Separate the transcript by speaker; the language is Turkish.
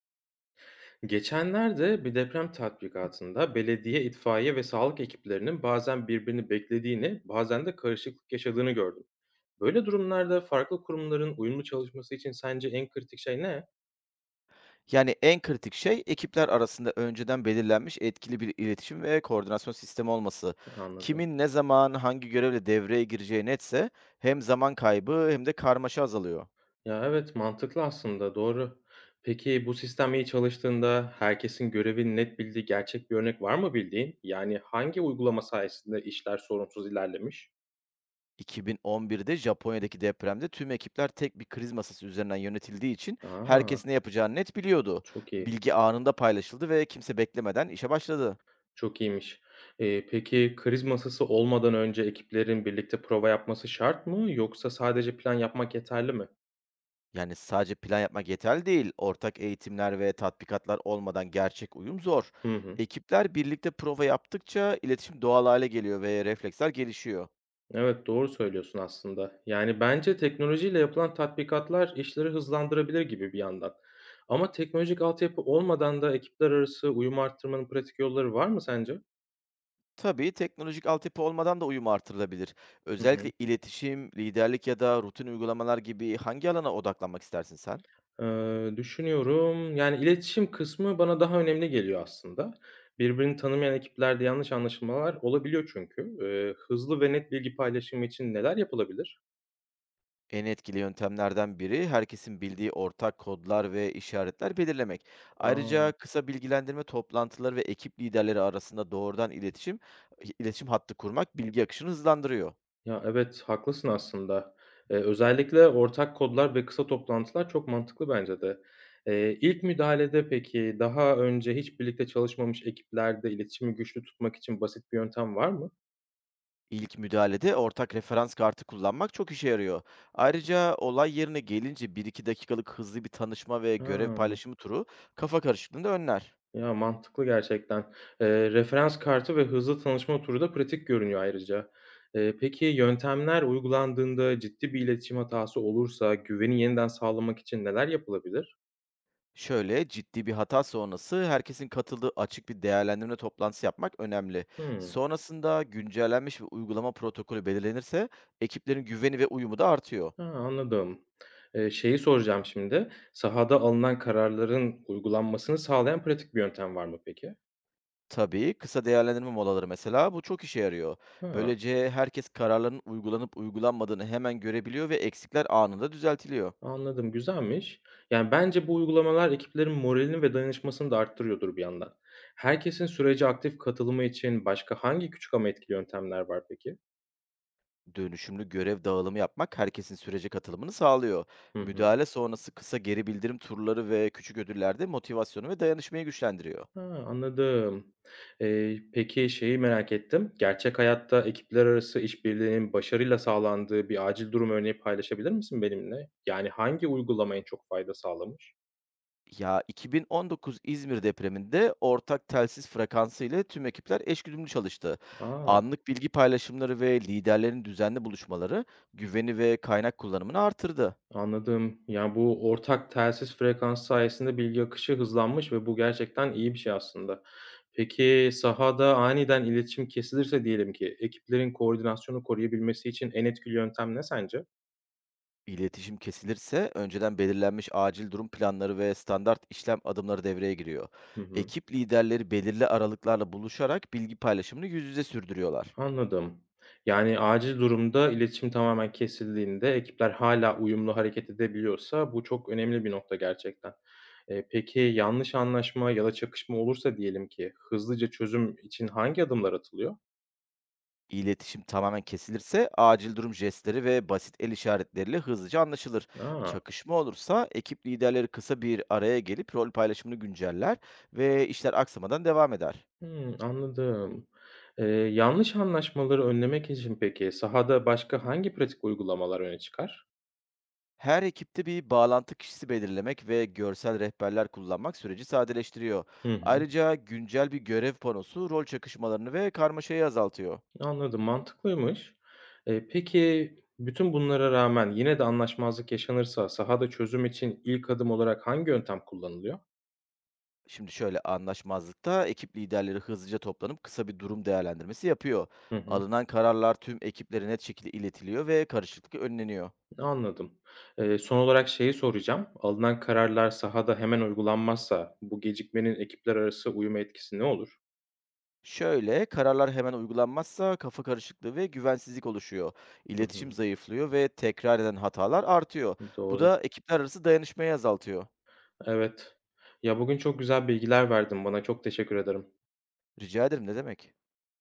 Speaker 1: Geçenlerde bir deprem tatbikatında belediye, itfaiye ve sağlık ekiplerinin bazen birbirini beklediğini, bazen de karışıklık yaşadığını gördüm. Böyle durumlarda farklı kurumların uyumlu çalışması için sence en kritik şey ne?
Speaker 2: Yani en kritik şey ekipler arasında önceden belirlenmiş etkili bir iletişim ve koordinasyon sistemi olması.
Speaker 1: Anladım.
Speaker 2: Kimin ne zaman hangi görevle devreye gireceği netse hem zaman kaybı hem de karmaşa azalıyor.
Speaker 1: Ya evet, mantıklı aslında, doğru. Peki bu sistem iyi çalıştığında herkesin görevini net bildiği gerçek bir örnek var mı bildiğin? Yani hangi uygulama sayesinde işler sorunsuz ilerlemiş?
Speaker 2: 2011'de Japonya'daki depremde tüm ekipler tek bir kriz masası üzerinden yönetildiği için
Speaker 1: Aa,
Speaker 2: herkes ne yapacağını net biliyordu.
Speaker 1: çok iyi.
Speaker 2: Bilgi anında paylaşıldı ve kimse beklemeden işe başladı.
Speaker 1: Çok iyiymiş. Peki kriz masası olmadan önce ekiplerin birlikte prova yapması şart mı yoksa sadece plan yapmak yeterli mi?
Speaker 2: Yani sadece plan yapmak yeterli değil. Ortak eğitimler ve tatbikatlar olmadan gerçek uyum zor.
Speaker 1: Hı hı.
Speaker 2: Ekipler birlikte prova yaptıkça iletişim doğal hale geliyor ve refleksler gelişiyor.
Speaker 1: Evet, doğru söylüyorsun aslında. Yani bence teknolojiyle yapılan tatbikatlar işleri hızlandırabilir gibi bir yandan. Ama teknolojik altyapı olmadan da ekipler arası uyum arttırmanın pratik yolları var mı sence?
Speaker 2: Tabii teknolojik altyapı olmadan da uyum artırılabilir.
Speaker 1: Hı
Speaker 2: Özellikle
Speaker 1: hı.
Speaker 2: iletişim, liderlik ya da rutin uygulamalar gibi hangi alana odaklanmak istersin sen?
Speaker 1: Düşünüyorum. Yani, iletişim kısmı bana daha önemli geliyor aslında. Birbirini tanımayan ekiplerde yanlış anlaşılmalar olabiliyor çünkü. Hızlı ve net bilgi paylaşımı için neler yapılabilir?
Speaker 2: En etkili yöntemlerden biri herkesin bildiği ortak kodlar ve işaretler belirlemek. Ayrıca
Speaker 1: A!
Speaker 2: kısa bilgilendirme toplantıları ve ekip liderleri arasında doğrudan iletişim hattı kurmak bilgi akışını hızlandırıyor.
Speaker 1: Ya, evet, haklısın aslında. Özellikle ortak kodlar ve kısa toplantılar çok mantıklı bence de. İlk müdahalede peki daha önce hiç birlikte çalışmamış ekiplerde iletişimi güçlü tutmak için basit bir yöntem var mı?
Speaker 2: İlk müdahalede ortak referans kartı kullanmak çok işe yarıyor. Ayrıca olay yerine gelince bir iki dakikalık hızlı bir tanışma ve görev
Speaker 1: Ha.
Speaker 2: paylaşımı turu kafa karışıklığını da önler.
Speaker 1: Ya, mantıklı gerçekten. Referans kartı ve hızlı tanışma turu da pratik görünüyor ayrıca. Peki yöntemler uygulandığında ciddi bir iletişim hatası olursa güveni yeniden sağlamak için neler yapılabilir?
Speaker 2: Şöyle, ciddi bir hata sonrası herkesin katıldığı açık bir değerlendirme toplantısı yapmak önemli.
Speaker 1: Hımm.
Speaker 2: Sonrasında güncellenmiş bir uygulama protokolü belirlenirse ekiplerin güveni ve uyumu da artıyor.
Speaker 1: Ha, anladım. Şeyi soracağım şimdi, sahada alınan kararların uygulanmasını sağlayan pratik bir yöntem var mı peki?
Speaker 2: Tabii kısa değerlendirme molaları, mesela, bu çok işe yarıyor.
Speaker 1: Ha.
Speaker 2: Böylece herkes kararların uygulanıp uygulanmadığını hemen görebiliyor ve eksikler anında düzeltiliyor.
Speaker 1: Anladım, güzelmiş. Yani, bence bu uygulamalar ekiplerin moralini ve dayanışmasını da arttırıyordur bir yandan. Herkesin sürece aktif katılımı için başka hangi küçük ama etkili yöntemler var peki?
Speaker 2: Dönüşümlü görev dağılımı yapmak herkesin sürece katılımını sağlıyor.
Speaker 1: Hı hı.
Speaker 2: Müdahale sonrası kısa geri bildirim turları ve küçük ödüller de motivasyonu ve dayanışmayı güçlendiriyor.
Speaker 1: Ha, anladım. Peki şeyi merak ettim. Gerçek hayatta ekipler arası işbirliğinin başarıyla sağlandığı bir acil durum örneği paylaşabilir misin benimle? Yani hangi uygulama en çok fayda sağlamış?
Speaker 2: Ya, 2019 İzmir depreminde ortak telsiz frekansı ile tüm ekipler eşgüdümlü çalıştı.
Speaker 1: A!
Speaker 2: Anlık bilgi paylaşımları ve liderlerin düzenli buluşmaları güveni ve kaynak kullanımını artırdı.
Speaker 1: Anladım. Yani bu ortak telsiz frekans sayesinde bilgi akışı hızlanmış ve bu gerçekten iyi bir şey aslında. Peki, sahada aniden iletişim kesilirse diyelim ki ekiplerin koordinasyonu koruyabilmesi için en etkili yöntem ne sence?
Speaker 2: İletişim kesilirse önceden belirlenmiş acil durum planları ve standart işlem adımları devreye giriyor.
Speaker 1: Hı hı.
Speaker 2: Ekip liderleri belirli aralıklarla buluşarak bilgi paylaşımını yüz yüze sürdürüyorlar.
Speaker 1: Anladım. Yani acil durumda iletişim tamamen kesildiğinde ekipler hala uyumlu hareket edebiliyorsa bu çok önemli bir nokta gerçekten. Peki yanlış anlaşma ya da çakışma olursa diyelim ki hızlıca çözüm için hangi adımlar atılıyor?
Speaker 2: İletişim tamamen kesilirse acil durum jestleri ve basit el işaretleriyle hızlıca anlaşılır.
Speaker 1: A!
Speaker 2: Çakışma olursa ekip liderleri kısa bir araya gelip rol paylaşımını günceller ve işler aksamadan devam eder.
Speaker 1: Hımm, anladım. Yanlış anlaşmaları önlemek için peki sahada başka hangi pratik uygulamalar öne çıkar?
Speaker 2: Her ekipte bir bağlantı kişisi belirlemek ve görsel rehberler kullanmak süreci sadeleştiriyor.
Speaker 1: Hı hı.
Speaker 2: Ayrıca güncel bir görev panosu rol çakışmalarını ve karmaşayı azaltıyor.
Speaker 1: Anladım, mantıklıymış. Peki bütün bunlara rağmen yine de anlaşmazlık yaşanırsa sahada çözüm için ilk adım olarak hangi yöntem kullanılıyor?
Speaker 2: Şimdi şöyle, anlaşmazlıkta ekip liderleri hızlıca toplanıp kısa bir durum değerlendirmesi yapıyor.
Speaker 1: Hı hı.
Speaker 2: Alınan kararlar tüm ekiplere net şekilde iletiliyor ve karışıklık önleniyor.
Speaker 1: Anladım. Son olarak şeyi soracağım. Alınan kararlar sahada hemen uygulanmazsa bu gecikmenin ekipler arası uyuma etkisi ne olur?
Speaker 2: Şöyle, kararlar hemen uygulanmazsa kafa karışıklığı ve güvensizlik oluşuyor.
Speaker 1: Hı
Speaker 2: İletişim
Speaker 1: hı.
Speaker 2: zayıflıyor ve tekrar eden hatalar artıyor. Bu
Speaker 1: Doğru.
Speaker 2: da ekipler arası dayanışmayı azaltıyor.
Speaker 1: Evet. Ya, bugün çok güzel bilgiler verdin bana. Çok teşekkür ederim.
Speaker 2: Rica ederim, ne demek?